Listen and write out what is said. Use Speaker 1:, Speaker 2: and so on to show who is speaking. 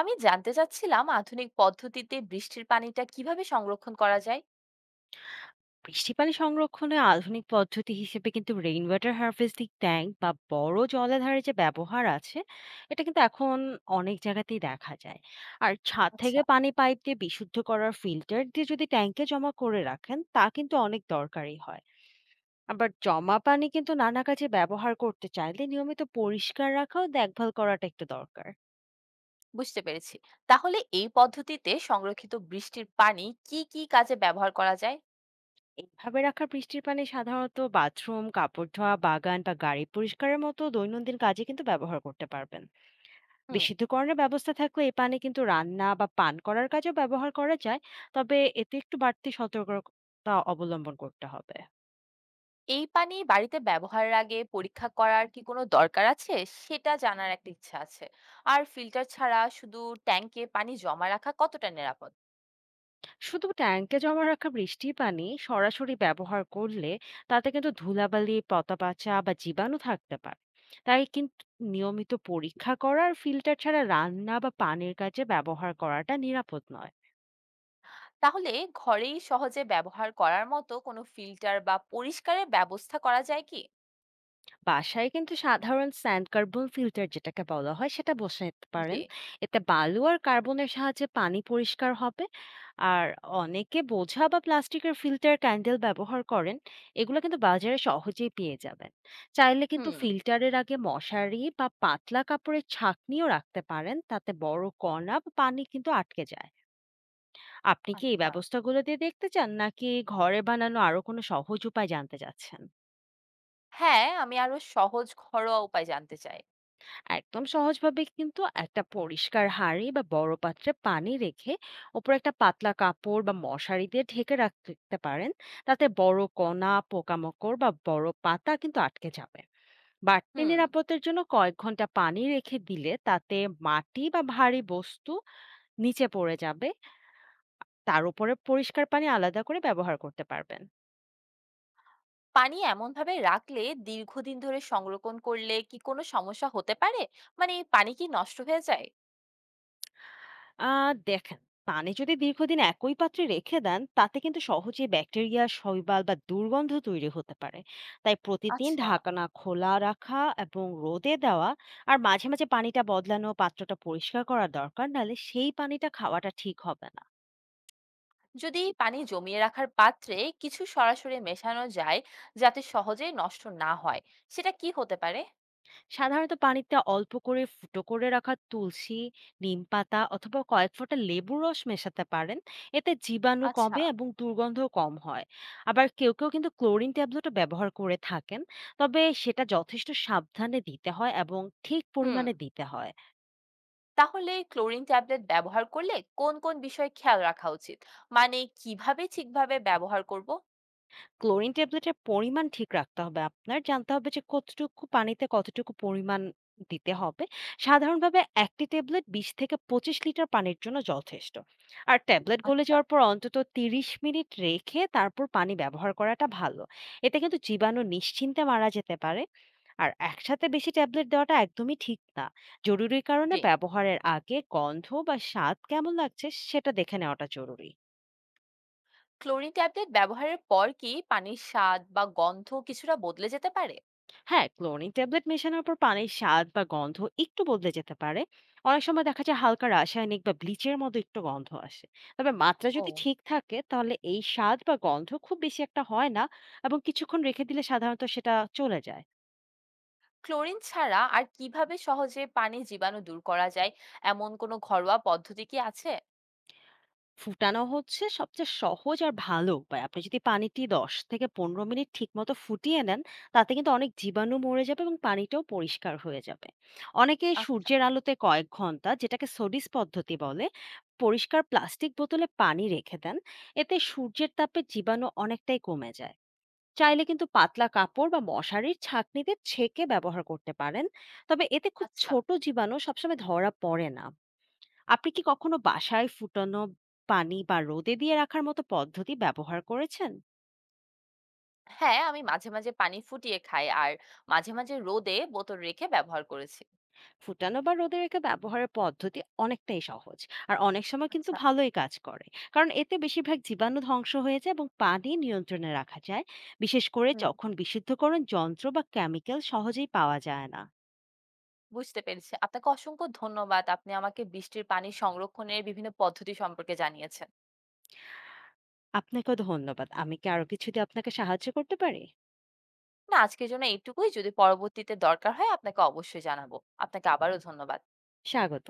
Speaker 1: আমি জানতে চাচ্ছিলাম আধুনিক পদ্ধতিতে বৃষ্টির পানিটা কিভাবে সংরক্ষণ করা যায়।
Speaker 2: বৃষ্টি পানি সংরক্ষণে আধুনিক পদ্ধতি হিসেবে কিন্তু রেইন ওয়াটার হার্ভেস্টিং ট্যাঙ্ক বা বড় জলাধারের যে ব্যবহার আছে, এটা কিন্তু এখন অনেক জায়গাতেই দেখা যায়। আর ছাদ
Speaker 1: আচ্ছা,
Speaker 2: থেকে পানি পাইপ দিয়ে বিশুদ্ধ করার ফিল্টার দিয়ে যদি ট্যাঙ্কে জমা করে রাখেন, তা কিন্তু অনেক দরকারি হয়। আবার জমা পানি কিন্তু নানা কাজে ব্যবহার করতে চাইলে নিয়মিত পরিষ্কার রাখা ও দেখভাল করাটা একটু দরকার।
Speaker 1: বুঝতে পেরেছি। তাহলে এই পদ্ধতিতে সংরক্ষিত বৃষ্টির পানি কি কি কাজে ব্যবহার করা যায়?
Speaker 2: এইভাবে রাখা বৃষ্টির পানি সাধারণত বাথরুম, কাপড় ধোয়া, বাগান বা গাড়ি পরিষ্কারের মতো দৈনন্দিন কাজে কিন্তু ব্যবহার করতে পারবেন।
Speaker 1: হুম।
Speaker 2: বিশুদ্ধকরণের ব্যবস্থা থাকলে এই পানি কিন্তু রান্না বা পান করার কাজেও ব্যবহার করা যায়, তবে এতে একটু বাড়তি সতর্কতা অবলম্বন করতে হবে।
Speaker 1: এই পানি বাড়িতে ব্যবহারের আগে পরীক্ষা করার কি কোনো দরকার আছে? সেটা জানার একটা ইচ্ছা আছে। আর ফিল্টার ছাড়া শুধু ট্যাঙ্কে পানি জমা রাখা কতটা নিরাপদ?
Speaker 2: শুধু ট্যাঙ্কে জমা রাখা বৃষ্টি পানি সরাসরি ব্যবহার করলে তাতে কিন্তু ধুলাবালি, পতাপাচা বা জীবাণু থাকতে পারে। তাই কিন্তু নিয়মিত পরীক্ষা করার ফিল্টার ছাড়া রান্না বা পানির কাজে ব্যবহার করাটা নিরাপদ নয়।
Speaker 1: তাহলে ঘরেই সহজে ব্যবহার করার মতো কোনো ফিল্টার বা পরিষ্কারের ব্যবস্থা করা যায় কি?
Speaker 2: বাসায় কিন্তু সাধারণ স্যান্ড কার্বন ফিল্টার, যেটাকে বলা হয়, সেটা বসাতে
Speaker 1: জি।
Speaker 2: পারেন। এতে বালু আর কার্বনের সাহায্যে পানি পরিষ্কার হবে। আর অনেকে বোঝা বা প্লাস্টিকের ফিল্টার ক্যান্ডেল ব্যবহার করেন, এগুলো কিন্তু বাজারে সহজেই পেয়ে যাবেন। চাইলে কিন্তু
Speaker 1: হুম।
Speaker 2: ফিল্টারের আগে মশারি বা পাতলা কাপড়ের ছাঁকনিও রাখতে পারেন, তাতে বড় কণা বা পানি কিন্তু আটকে যায়। আপনি কি এই
Speaker 1: আচ্ছা।
Speaker 2: ব্যবস্থাগুলো দিয়ে দেখতে চান, নাকি ঘরে বানানো আরো কোনো সহজ উপায় জানতে চাচ্ছেন?
Speaker 1: হ্যাঁ, আমি আরো সহজ ঘরোয়া উপায় জানতে চাই।
Speaker 2: একদম সহজভাবে কিন্তু একটা পরিষ্কার হাঁড়ি বা বড় পাত্রে পানি রেখে ওপরে একটা পাতলা কাপড় বা মশারি দিয়ে ঢেকে রাখতে পারেন, তাতে বড় কণা, পোকামাকড় বা বড় পাতা কিন্তু আটকে যাবে। বাড়তি
Speaker 1: হুম।
Speaker 2: নিরাপত্তার জন্য কয়েক ঘন্টা পানি রেখে দিলে তাতে মাটি বা ভারী বস্তু নিচে পড়ে যাবে। তার উপরে পরিষ্কার পানি আলাদা করে ব্যবহার করতে পারবেন।
Speaker 1: পানি এমনভাবে রাখলে দীর্ঘদিন ধরে সংরক্ষণ করলে কি কোনো সমস্যা হতে পারে? মানে পানি কি নষ্ট হয়ে যায়?
Speaker 2: আ দেখেন, পানি যদি দীর্ঘদিন একই পাত্রে রেখে দেন, তাতে কিন্তু সহজেই ব্যাকটেরিয়া, শৈবাল বা দুর্গন্ধ তৈরি হতে পারে। তাই প্রতিদিন
Speaker 1: আচ্ছা।
Speaker 2: ঢাকনা খোলা রাখা এবং রোদে দেওয়া আর মাঝে, মাঝে পানিটা বদলানো, পাত্রটা পরিষ্কার করা দরকার। নাহলে সেই পানিটা খাওয়াটা ঠিক হবে না।
Speaker 1: যদি পানি জমিয়ে রাখার পাত্রে কিছু সরাসরি মেশানো যায় যাতে সহজেই নষ্ট না হয়, সেটা কি হতে পারে?
Speaker 2: সাধারণত পানিতে অল্প করে ফুটো করে রাখা তুলসী, নিম পাতা অথবা কয়েক ফোঁটা লেবুর রস মেশাতে পারেন। এতে জীবাণু
Speaker 1: আচ্ছা।
Speaker 2: কমে এবং দুর্গন্ধ কম হয়। আবার কেউ কেউ কিন্তু ক্লোরিন ট্যাবলেটও ব্যবহার করে থাকেন, তবে সেটা যথেষ্ট সাবধানে দিতে হয় এবং ঠিক
Speaker 1: হুম।
Speaker 2: পরিমাণে দিতে হয়।
Speaker 1: তাহলে ক্লোরিন ট্যাবলেট ব্যবহার করলে কোন, কোন বিষয়ে খেয়াল রাখা উচিত? মানে কিভাবে ঠিকভাবে ব্যবহার করব?
Speaker 2: ক্লোরিন ট্যাবলেটের পরিমাণ ঠিক রাখতে হবে আপনার। জানতে হবে যে কতটুকু পানিতে কতটুকু পরিমাণ দিতে হবে। সাধারণভাবে ১ টি ট্যাবলেট ২০-২৫ লিটার পানির জন্য যথেষ্ট। আর ট্যাবলেট গলে
Speaker 1: আচ্ছা।
Speaker 2: যাওয়ার পর অন্তত ৩০ মিনিট রেখে তারপর পানি ব্যবহার করাটা ভালো। এতে কিন্তু জীবাণু নিশ্চিন্তে মারা যেতে পারে। আর একসাথে বেশি ট্যাবলেট দেওয়াটা একদমই ঠিক না। জরুরি কারণে
Speaker 1: জি।
Speaker 2: ব্যবহারের আগে গন্ধ বা স্বাদ কেমন লাগছে সেটা দেখে নেওয়াটা জরুরি।
Speaker 1: ক্লোরিন ট্যাবলেট ব্যবহারের পর কি পানির স্বাদ বা গন্ধ কিছুটা বদলে যেতে পারে?
Speaker 2: হ্যাঁ, ক্লোরিন ট্যাবলেট মেশানোর পর পানির স্বাদ বা গন্ধ একটু বদলে যেতে পারে। অনেক সময় দেখা যায় হালকা রাসায়নিক বা ব্লিচের মতো একটু গন্ধ আসে। তবে মাত্রা যদি
Speaker 1: ও।
Speaker 2: ঠিক থাকে, তাহলে এই স্বাদ বা গন্ধ খুব বেশি একটা হয় না এবং কিছুক্ষণ রেখে দিলে সাধারণত সেটা চলে যায়।
Speaker 1: ক্লোরিন ছাড়া আর কিভাবে সহজে পানির জীবাণু দূর করা যায়? এমন কোনো ঘরোয়া পদ্ধতি কি আছে?
Speaker 2: ফুটানো হচ্ছে সবচেয়ে সহজ আর ভালো উপায়। আপনি যদি পানিটি ১০-১৫ মিনিট ঠিকমতো ফুটিয়ে নেন, তাতে কিন্তু অনেক জীবাণু মরে যাবে এবং পানিটাও পরিষ্কার হয়ে যাবে। অনেকে
Speaker 1: আচ্ছা।
Speaker 2: সূর্যের আলোতে কয়েক ঘন্টা, যেটাকে সোডিস পদ্ধতি বলে, পরিষ্কার প্লাস্টিক বোতলে পানি রেখে দেন। এতে সূর্যের তাপে জীবাণু অনেকটাই কমে যায়। চাইলে কিন্তু পাতলা কাপড় বা মশারির ছাঁকনিতে ছেঁকে ব্যবহার করতে পারেন। তবে এতে খুব
Speaker 1: আচ্ছা।
Speaker 2: ছোট জীবাণু সবসময় ধরা পড়ে না। আপনি কি কখনো বাসায় ফুটানো পানি বা রোদে দিয়ে রাখার মতো পদ্ধতি ব্যবহার করেছেন?
Speaker 1: হ্যাঁ, আমি মাঝে মাঝে পানি ফুটিয়ে খাই আর মাঝে মাঝে রোদে বোতল রেখে ব্যবহার করেছি।
Speaker 2: ফুটানো বা রোদে রেখে ব্যবহারের পদ্ধতি অনেকটাই সহজ আর অনেক সময় কিন্তু
Speaker 1: আচ্ছা।
Speaker 2: ভালোই কাজ করে, কারণ এতে বেশিরভাগ জীবাণু ধ্বংস হয়ে যায় এবং পানি নিয়ন্ত্রণে রাখা যায়, বিশেষ করে
Speaker 1: হুম।
Speaker 2: যখন বিশুদ্ধকরণ যন্ত্র বা কেমিক্যাল সহজেই পাওয়া যায় না।
Speaker 1: বুঝতে পেরেছি। আপনাকে অসংখ্য ধন্যবাদ, আপনি আমাকে বৃষ্টির পানি সংরক্ষণের বিভিন্ন পদ্ধতি সম্পর্কে জানিয়েছেন।
Speaker 2: আপনাকেও ধন্যবাদ। আমি কি আরো কিছু দিয়ে আপনাকে সাহায্য করতে পারি?
Speaker 1: না, আজকের জন্য এইটুকুই। যদি পরবর্তীতে দরকার হয় আপনাকে অবশ্যই জানাবো। আপনাকে আবারও ধন্যবাদ।
Speaker 2: স্বাগত।